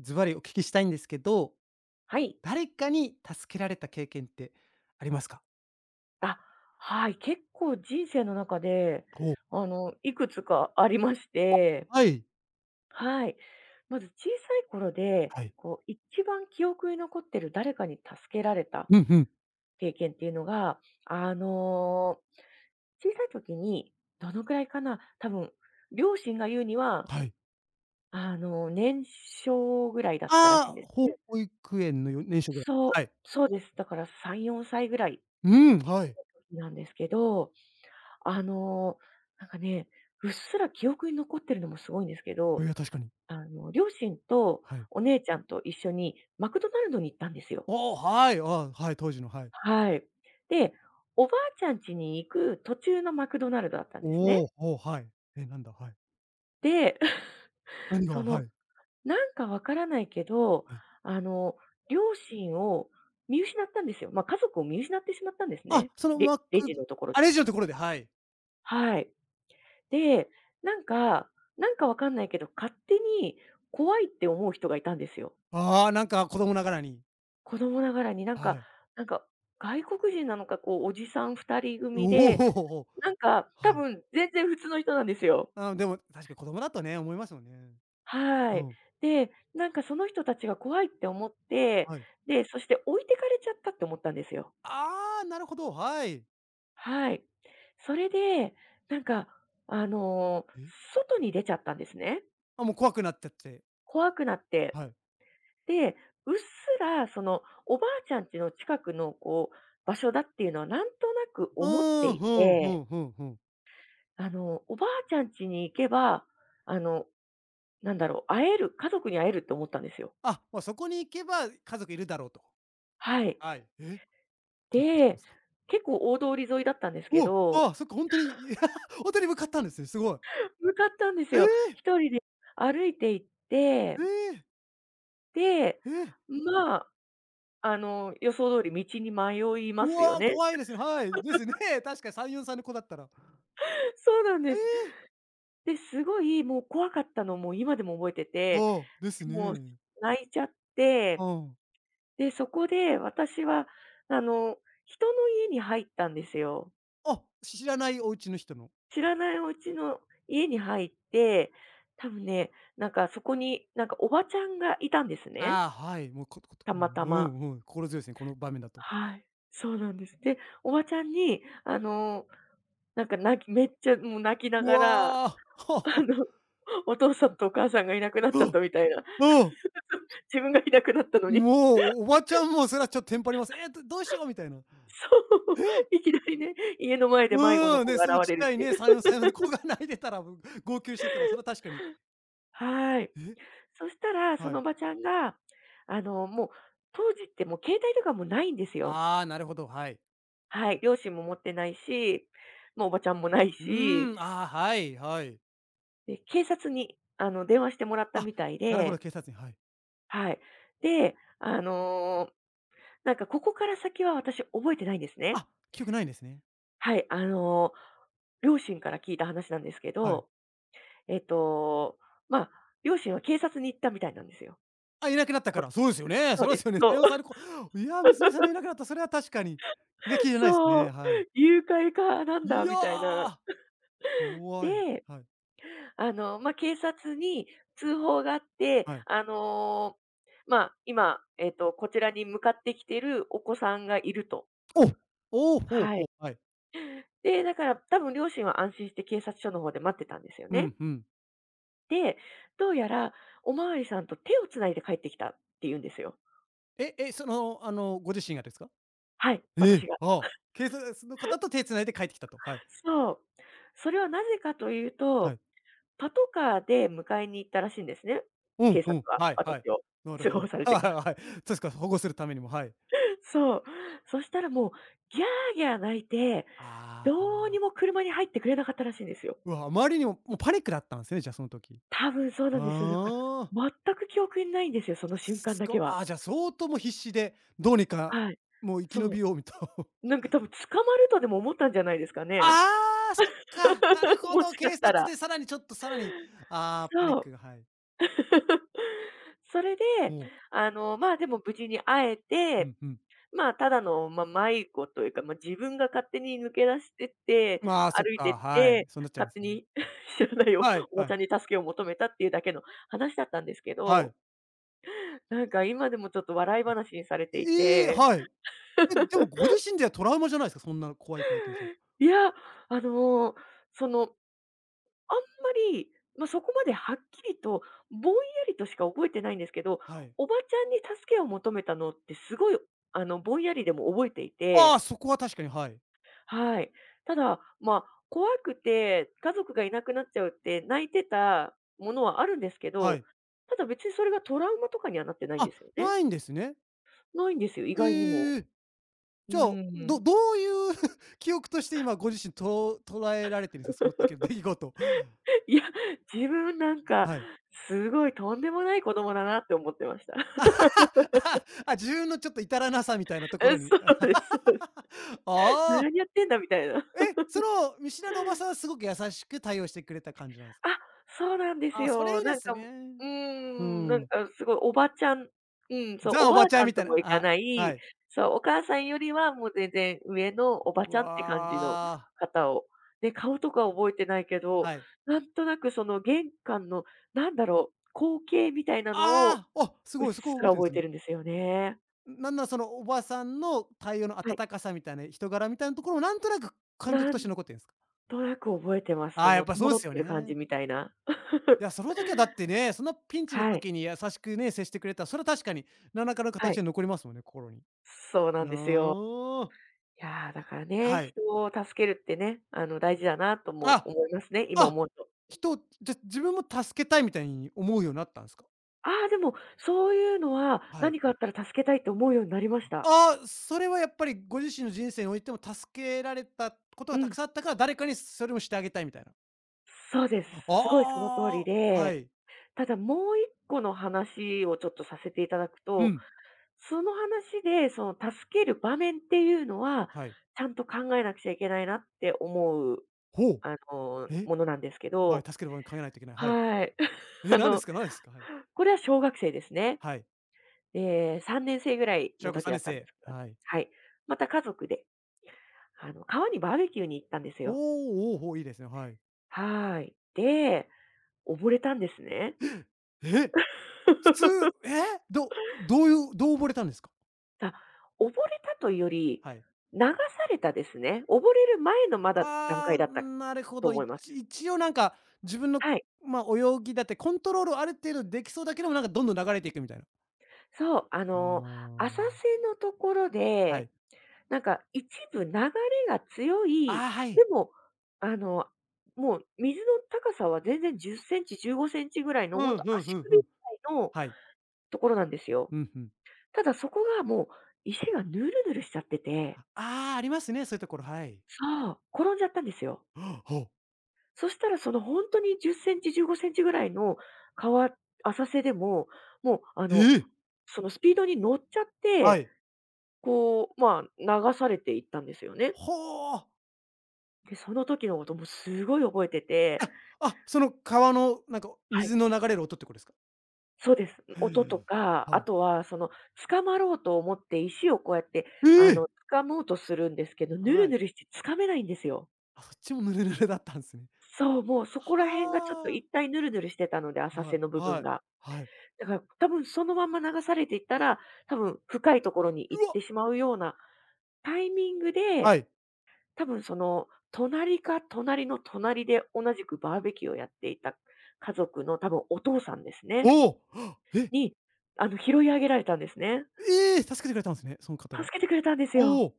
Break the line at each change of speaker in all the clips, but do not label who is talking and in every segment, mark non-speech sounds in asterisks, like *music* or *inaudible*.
ズバリお聞きしたいんですけど、
はい。
誰かに助けられた経験ってありますか？
あ、はい。結構人生の中で、
お
いくつかありまして、
はい。
はい。まず小さい頃で、
はい。
こう、一番記憶に残ってる誰かに助けられた
うんうん。
経験っていうのが、あの、小さい時に、どのくらいかな、多分、両親が言うには、
はい。
年少ぐらいだったらし
あ
いんで
あ、
す
ほう、
ね。
保育園の年少ぐらい。
そう、
はい。
そうです。だから3、4歳ぐらい
うん。はい。
なんですけど、あの、なんかね、うっすら記憶に残ってるのもすごいんですけ
い
ど、
や、確かに。
両親と
はい。
お姉ちゃんと一緒にマクドナルドに行ったんですよ。
おお、はい、ああ、はい、当時の、はい。
はい。で、おばあちゃん家に行く途中のマクドナルドだったんです
お
ね。
お、おお、はい。え、なんだ、はい。
で、*laughs*
何
そ
が、は
の、
い、
なんかわからないけど、
はい。
あの、両親を見失ったんですよ。まあ、家族を見失ってしまったんです
あ、
ね。
その
で
マッ
レジの
ク、
ところ
あ、
で。
レジのところで、はい。
はい。で、なんかなんかわかんないけど、勝手に怖いって思う人がいたんですよ。
ああ、なんか子供ながらに。
子供ながらに
はい。
なんか外国人なのか、こうおじさん2
お、
人組で、
おお。
なんか
は
多
い。
分全然普通の人なんですよ。
ああ、でも確かに子供だとね、思いますよね。
は
う
い。
ん、
で、なんかその人たちが怖いって思って、
はい。
で、そして置いてかれちゃったって思ったんですよ。
ああ、なるほど、はい。
はい。それで、なんかあの、
え？
外に出ちゃったんですね。
あ、もう怖くなっちゃって。
怖くなって。
はい。
で、うっすらそのおばあちゃん家の近くのこう、場所だっていうのはなんとなく思って
うん、
い
ふんふ
て、
んふんふん。
おばあちゃん家に行けば、あの、なんだろう、会える、家族に会えるって思ったんですよ。
あ、ま、そこに行けば家族いるだろうと。
はい。
はい。え？ってどうしたんで
で、
すか？
結構大通り沿いだったんです
う
け
わ、あ
ど、
あ、そっか、ほんとに、いやほんと *laughs* に向かったんですね、すごい。
向かったんです
え
よ。
え！
一人で歩いて行って、
ええ！
で、
ええ！
まあ、予想通り道に迷いま
う
すよ
わ、
ね。
怖いですね、はい。ですね、*laughs* 確かに3、4歳の子だったら。
*laughs* そうなん
え
です。
え！
で、すごいもう怖かったのも今でも覚えてて、
ああ、で
で
す
も、
ね。
泣いちゃっ
う
て、
ん。
で、そこで私は、あの、人の家に入ったんですよ。
あ、知らないお家の人の。
知らないうちの家に入って、多分ね、なんかそこに、なんかおばちゃんがいたんですね、
ああ、はい、もう、ことこと
た
う
ま
ん、
た
う
ま。
んうん、心強いですね、この場面だと。
はい、そうなんです。で、おばちゃんに、なんかめっちゃもう泣きな
う
がら、
わ。
あ
*laughs*
の、お父さんとお母さんがいなくなっ
う
ちゃっ
ん
たみたいな、
うん。
自分がいなくなったのに
もう、おばちゃんもそれはちょっとテンパります。「え、どうしよう」みたいな。
そ
「え？」
う、*laughs* いきなりね、家の前で迷子の
うーん、
子
ね、
が
その
現
ちっ
れ
ち
る
ゃ
っ
い
ていう。
ね、3、4
*laughs*
歳の子が泣いてたら、*laughs* ぶ号泣してたら、それは確かに、
はい。
え、
そしたら、そ
は
のお
い。
ばちゃんが、もう、当時ってもう携帯とかもないんですよ。
ああ、なるほど、はい。
はい、両親も持ってないし、もうおばちゃんもない
う
し、
ーん、ああ、はいはい。
で、警察に、電話してもらった
あ、
みたい
なるほど、
で、
警察に、はい。
はい。で、なんかここから先は私覚えてないんですね。
あ、記憶ないんですね。
はい、両親から聞いた話なんですけ
はい。
ど、えっと、まあ、両親は警察に行ったみたいなんですよ。
あ、いなくなったか
こ
ら、そうですよね。
そ
そ
う
うで
で
す
す。
よね。
そ
3、
う。
4歳の子、いや、娘さんがいなくなった、それは確かに気が気
*laughs*
じゃないです
そ
ね、
う。
はい。
誘拐かなん
い
だみたいな。
や、怖い。
で、
はい、
まあ、警察に通報があって、
はい。
まあ、今、えっと、こちらに向かってきているお子さんがいると。
お、おお、ほう
は
ほ
い。
う、はい。
で、だから多分両親は安心して警察署の方で待ってたんですよ
う
ね。
んうん。
で、どうやらおまわりさんと手をつないで帰ってきたって言うんですよ。
ええ、その、あの、ご自身がですか？
はい、
え
私
え、
が。
ああ。警察の方と手繋いで帰ってきたと、はい。
そう。それはなぜかという
は
と、
い。
パトカーで迎えに行ったらしいんですね。
う
警
んう
察
ん。
は、
はいはい。
私を。
なる
通
ほ
報
ど。
さ
*laughs*
れ
はい
て
は
か
い
ら。
はい。確か保護するためにも、はい。
*laughs* そう。そしたらもう、ギャーギャー泣いて、
あ
どうに
あ。
も車に入ってくれなかったらしいんですよ。
うわ、あまりにも、もうパニックだったんですね、じゃあその時。
多分そうなんですよ。だか
ああ。
ら、全く記憶にないんですよ、その瞬間
す
だ
ご
けは。
ああ、じゃあ相当もう必死で、どうにか
はい。
もう生き延
そう。
びようみと。*laughs*
なんか多分捕まるとでも思ったんじゃないですかね。
ああ、そっか。なる
*laughs*
ほ
も
ど、
しか
警
した
察
ら。
でさらにちょっとさらに、ああ、パニ
そ
ック
う。
が、はい。
*laughs* それで、
も
まあ、でも無事に会え
う、う
て、
んうん。
まあ、ただの、まあ、迷子というか、まあ、自分が勝手に抜け出してって、
まあ、そっ
歩いて
か、
っ
はい。
て、
そうなっちゃうん
勝
です
手
ね。
に *laughs* 知らない
はい
おば
は
ちゃ
い。
んに助けを求めたっていうだけの話だったんですけ
は
ど、
い。
なんか今でもちょっと笑い話にされてい
ええ、
て、
はい。え、でもご自身ではトラウマじゃないですか、そんな怖い体験すると。
いや、あの、その、あんまり、まあ、そこまではっきりと、ぼんやりとしか覚えてないんですけど、
はい。
おばちゃんに助けを求めたのってすごい、ぼんやりでも覚えてい
あ
て、
あ、そこは確かに、はい。
はい。ただ、まあ、怖くて家族がいなくなっちゃうって泣いてたものはあるんですけ
は
ど、
い。
ただ別にそれがトラウマとかにはなってないんで
あ、
すよね。
ないんですね。
ないんですよ、意外にも。
ええ。
う
じゃあ、ど
ん。
どういう *laughs* 記憶として今ご自身と捉えられてるんですか？その時の出来事を。
いや、自分なんか、
はい。
すごいとんでもない子供だなって思ってました。*laughs*
*laughs* あ、自分のちょっと至らなさみたいなところ
え、
に。
そそうです。
*laughs* ああ、
何やってんだみたいな。
え、その見知らぬおばさんはすごく優しく対応してくれた感じなんですか？
あ、そうなんです
ああ、それ
よ。
いいで
なん
す
か、う
ね。
ー
う
ん、なん
ん。
かすごいおばちゃん、うん、そう、お
ザ・お
ば
ば
あち
ちゃ
ゃ
ん
ん
みた
と
いな、
もいか
あ、
な
は
い、
い。
そう、お母さんよりはもう全然上のおば
う
ちゃんって感じの
わあ、
方を、ね、顔とか覚えてないけど、
はい。
なんとなくその玄関の、なんだろう、光景みたいなのを
ああ、あ、す
うっ
ごい、そ
す
こ覚
ら
えてん
覚え
す
て
ね。
るんですよね。
なんならそのおばさんの対応の
はい。
温かさみたいな、人柄みたいなところもなんとなく感覚
な
とし
ん
て残ってんすか？
となく覚えてます。
あ
そ
あ、やっ
の戸
ぱそうで
惑
す
っ
よ
てる感
ね。
じみたいな。
い
*laughs*
や、その時はだってね、そんなピンチの
はい、
時に優しくね、接してくれたら、それは確かに何らかの
は
形
い。
で残りますもんね、心に。
そうな
あ
んですよ。
あ、
いやー、だからね、
はい。
人を助けるってね、大事だなとも
あ、
思いますね、今
あ、
思うと。
人をじゃ、自分も助けたいみたいに思うようになったんすか？
ああ、でも、そういうのは
はい。
何かあったら助けたいと思うようになりました。
ああ、それはやっぱりご自身の人生においても助けられたこと
う
がた
ん、
くさんあったから、誰かにそれもしてあげたいみたいな。
そうです。すごいその通り
ああ、は
で、
い。
ただもう一個の話をちょっとさせていただく
う
と、
ん、
その話で、その助ける場面っていうのは、
はい。
ちゃんと考えなくちゃいけないなって思う、
ほう。え、
ものなんですけ
はい、
ど、
助ける場面考えないといけない。はい。
はい。*laughs*
え、
あ
何で
の、
すか何ですか？はい。
これは小学生ですね。
はい。
で、3年生ぐらい
小
の
学校
時
さ
だ
ん
ったんで
年
すけ
生。
ど、
はい。
はい。また家族で、川にバーベキューに行ったんです
お
よ。
ーおー、おお、いいですね。はい。
はーい。で、溺れたんですね。
え、普通、え、どう溺れたんですか？
さ、溺れたというより、
はい。
流されたですね。溺れる前のまだ段階
ああ、
だった
なるほ
と
ど。
思
一
います。
一応なんか自分の、
はい。
まあ、泳ぎだってコントロールある程度できそうだけども、なんかどんどん流れていくみたいな。
そう、
あ
浅
ー
瀬のところ
は
で
い。
なんか一部流れが強い、
ああ、はい。
でも、あの、もう水の高さは全然10センチ、15センチぐらいの、
う
ほん
ん、
と
ふんふ
足
んふ
首ぐ
ん。
らいの
はい。
ところなんですよ。
うん、うん。
ただそこがもう石がヌルヌルしちゃってて、
ああ、ありますね、そういうところ、はい。
そう、転んじゃったんですよ。
はあ。
そしたらそのほんとに10センチ、15センチぐらいの川浅瀬でも、もうあ
え
の、
え！
そのスピードに乗っちゃっ
は
て、
い。
こう、まあ、流されていったんですよね。
ほお。
で、その時のこともすごい覚えてて、
あ、あ、その川のなんか
はい、
水の流れる音ってことですか？
そうです。音とか、
は
あ
あ。
とはその掴まろうと思って石をこうやって、
ええ！
掴もうとするんですけど、ヌ
は
ル
い。
ヌルして掴めないんですよ。
あ、そっちもヌルヌルだったんですね。
そう、もうそ
は
こら辺がちょっと一
あ。
体ヌルヌルしてたので、浅
は
瀬の
い、
部
は
分
い、
が。
はい。
だから多分そのまま流されていったら、多分深いところに行っ
うわ、
てしまうようなタイミングで、
はい。
多分その隣か隣の隣で同じくバーベキューをやっていた家族の多分お父さんですね、
おお。え、
に、拾い上げられたんですね。
ええ！助けてくれたんですね、その方
助
が。
けてくれたんですよ。
おお。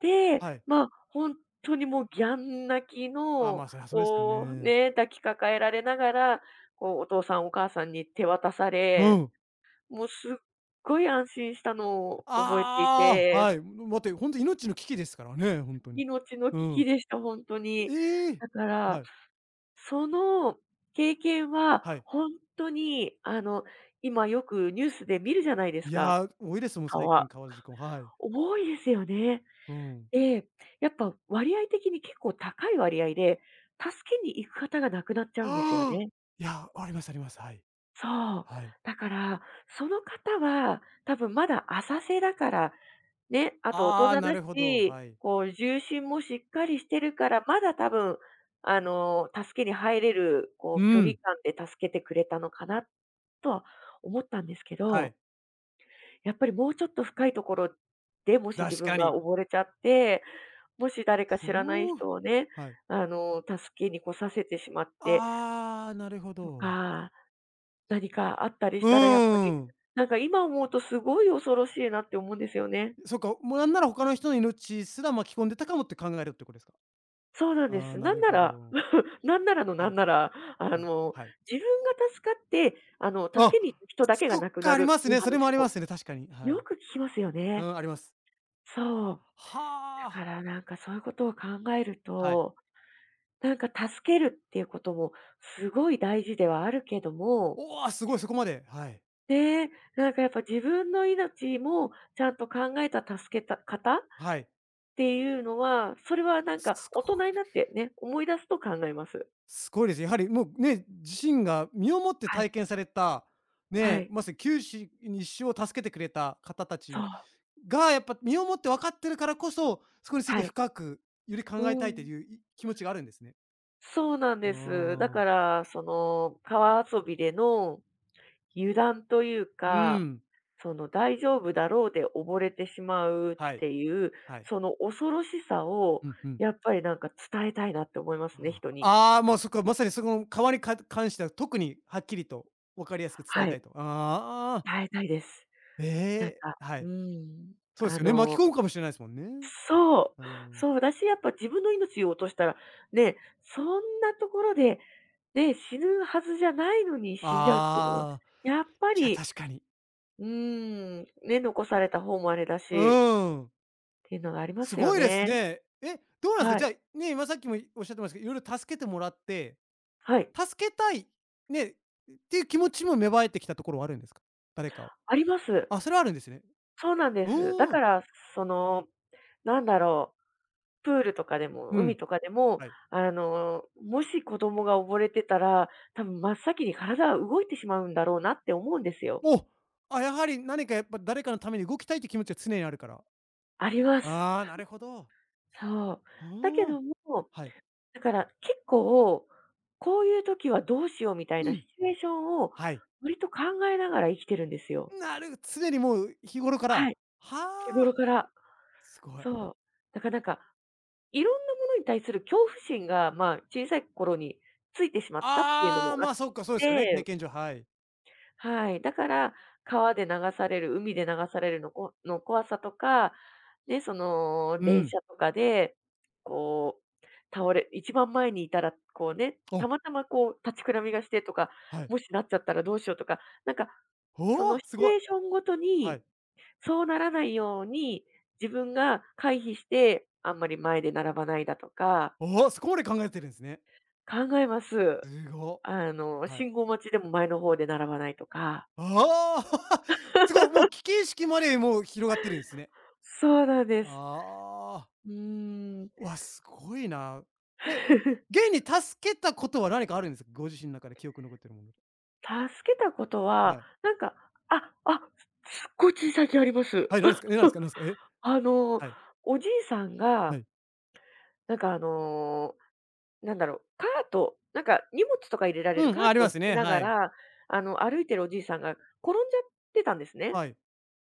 で、
はい。
まあ、ほんとにもうギャン泣き
あ、
の、
まあ、そりゃそうですよ
こう、
ね。
ね、抱きかかえられながら、こう、お父さんお母さんに手渡さ
う
れ、
ん。
もうすっごい安心したのを覚えてい
ああ、
て、
はい。待ってほんと命の危機ですからね、ほんとに。
命の
う
危機
ん。
でした、ほんとに。
ええ！
だか
は
ら、
い、
その経験
は
は
い。
ほんとに、今よくニュースで見るじゃないです
い
か、
や、多いですもん、最近
川。
川の事故、はい。
重いですよね。
うん。
ええ、やっぱ割合的に結構高い割合で、助けに行く方が亡くなっちゃうんですよ
ああ！
ね。
いや、ありますあります。はい。
そう。
はい。
だから、その方は多分まだ浅瀬だから、ね、あと大人
ああ、
だ
なるほど、
し、
はい。
こう重心もしっかりしてるから、まだ多分、助けに入れる、こ
う
う距離
ん、
感で助けてくれたのかなとは思ったんですけ
は
ど、
い、
やっぱりもうちょっと深いところで、もし自
確
分
か
が
に。
溺れちゃってもし誰か
ふ
知らない
う。
人をね、
はい。
助けに来させてしまって、
ああ、なるほ
と
ど。
か。何かあったりし
う
たらやっぱ
ー
り、
ん。
なんか今思うとすごい恐ろしいなって思うんですよね。
そっか、もうなんなら他の人の命すら巻き込んでたかもって考えるってことですか？
そうなんで
ああ、
す。
な
なん
る
な
ほ
ら
ど。
なんならのな
は
ん
い、
なら、あ
はい、
の、
はい。
自分が助かって、助
あ、
けに行く人だけが
そっ
亡く
か、
な
あり
る
ま
って
す
いう
ね。それもあ
話
りま
も
すね、確かに。は
よ
い。
く聞きますよ
う
ね。
ん、あります。
そう。だ
はあ、
からなんかそういうことを考える
はい。
と、なんか助けるっていうこともすごい大事ではあるけども
おお、すごい、そこまで。はい。
ねえ、なんかやっぱ自分の命もちゃんと考えた助けた方っ
はい。
ていうのは、それはなんか
す
大
ご
人に
い
なってね、思い出すと考えます。
すごいです。やはりもうね、自身が身をもって
はい。
体験された、
は
ね、
い。
まさに九死に一生を助けてくれた方た
そ
ち
う。
が、やっぱ身をもって分かってるからこそ、そこについて
はい。
深く、より考
う
えたいと
ん。
いう、気持ちがあるんですね。
そうなん
あ
です。だか
あ。
ら、その、川遊びでの油断という
う
か、
ん。
その大丈夫だろうで溺れてしまうっ
はい、
ていう、
はい。
その恐ろしさを、
うんうん。
やっぱりなんか伝えたいなって思いますね、人に。
ああ、もうそっか、まさにそこの川に関しては特にはっきりと分かりやすく伝
は
えた
い、
いと。ああ、
伝えたいです。なん
ええ、
か、
はい。
ん、
そうです
あ
よね、巻き
の
込むかもしれないですもんね。
そう、
うん。
そうだし、やっぱ自分の命を落としたら、ね、そんなところで、ね、死ぬはずじゃないのに死んじゃうっていうのは、
ああ、
やっぱ
いや、
り、
確かに。
ね、残された方もあれだ
う
し、
ん。
っていうのがありま
す
すよ
ごいです
ね。
ね。え、どうなんですか？
は
じゃ
い。
あ、ね、今さっきもおっしゃってましたけど、色々助けてもらって、
はい。
助けたい、ね、っていう気持ちも芽生えてきたところはあるんですか？誰かを。
あります。
あ、それはあるんですね。
そうなんで
う
す。だ
ー
か
ん。
ら、その、なんだろう、プールとかでも、
う
海
ん、
とかでも、
はい。
もし子供が溺れてたら、多分真っ先に体は動いてしまうんだろうなって思うんですよ。
お、あ、やはり何かやっぱ誰かのために動きたいって気持ちは常にあるから。
あります。
ああ、なるほど。
そう。だけ
ああ、
ども、
はい。
だから結構、こういう時はどうしようみたい
う
なシ
ん、
チュエーションを
はい。
割と考えながら生きてるんですよ。
常にもう日頃か
は
ら。
い、日
は
頃
あ、
から。
すごい。
そう。だからなんか、いろんなものに対する恐怖心が、まあ、小さい頃についてしまったっていうの
あ
も
あ、
あっ
まあ、そっか、そうですよね、
て、
経験上、はい。
はい。だから、川で流される、海で流されるのこの怖さとか、ね、その、
う
電
ん。
車とかで、こう、倒れ一番前にいたら、こうね、
あ、
たまたまこう、立ちくらみがしてとか、
はい。
もしなっちゃったらどうしようとか、なんか、そ
おお、
のシ
す
チュ
ごい。
エーションごと
は
に、
い。
そうならないように、自分が回避して、あんまり前で並ばないだとか、
おお、そこまで考えてるんですね。
考えます。
すご。はい。
信号待ちでも前の方で並ばないとか。
ああ、*laughs* すごい、もう危機意識までもう広がってるんですね。
そうなんです。
ああ。
うーん。
わ、すごいな。え、現
*laughs*
に助けたことは何かあるんですか？ご自身の中で記憶に残ってるもので。
助けたことは、
はい。
なんか、あ、あ、すっごい小さい木あります。
はい、何ですか？え、何ですか何
*laughs*
ですか？え、
あの、
はい、
おじいさん
は
が、
い。
なんかあの、カート、なんか荷物とか入れられる
う
カ
ん、
ー
あり
トを
ま
引
す
き
ね。
な
は
が
い。
ら、歩いてるおじいさんが転んじゃってたんですね。
はい、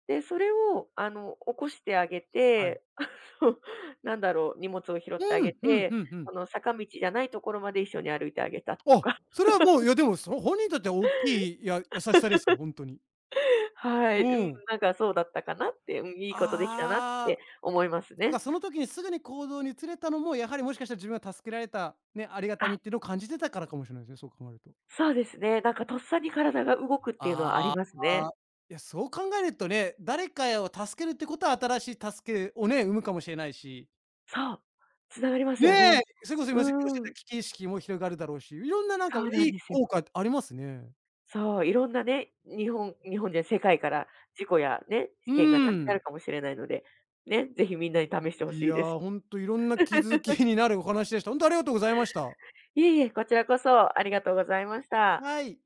で、それを、起こしてあげ
はい。
て、*laughs* の、荷物を拾ってあ
う
げ
ん、ふん
て、
ふんふん。
坂道じゃないところまで一緒に歩いてあげたと
あ、
か。
それはもう、いやでも、その本人にとっては大きい、優しさですよ、ほんとに。
はい、
う
うん、
ん。
なんかそうだったかなって、うん、いいことできたなっ
あ
て
あ、
思います
だか
ね。
らその時にすぐに行動に移れたのも、やはりもしかしたら自分が助けられた、ね、ありがたみ
あ、
っていうのを感じてたからかもしれないですね、そう考えると。
そうですね。なんかとっさに体が動くっていうのはあり
あ
ますね。
あ、いや、そう考えるとね、誰かを助けるってことは新しい助けをね、生むかもしれないし、
そう、つながります
ね
よ
え、
ね。
それこそ
う
今おっしゃっ
ー
た
ん、
危機意識も広がるだろうし、いろんななんか
そうなん
いい
ですよ。
効果ありますね。
そう、いろんなね、日本じゃ世界から事故やね、事
うー
件がなくなる
ん。
かもしれないので、ね、ぜひみんなに試してほ
い
しい
や、
です。
ほんといろんな気づきになるお話でした。ほんとありがとうございました。
いえいえ、こちらこそありがとうございました。
はい。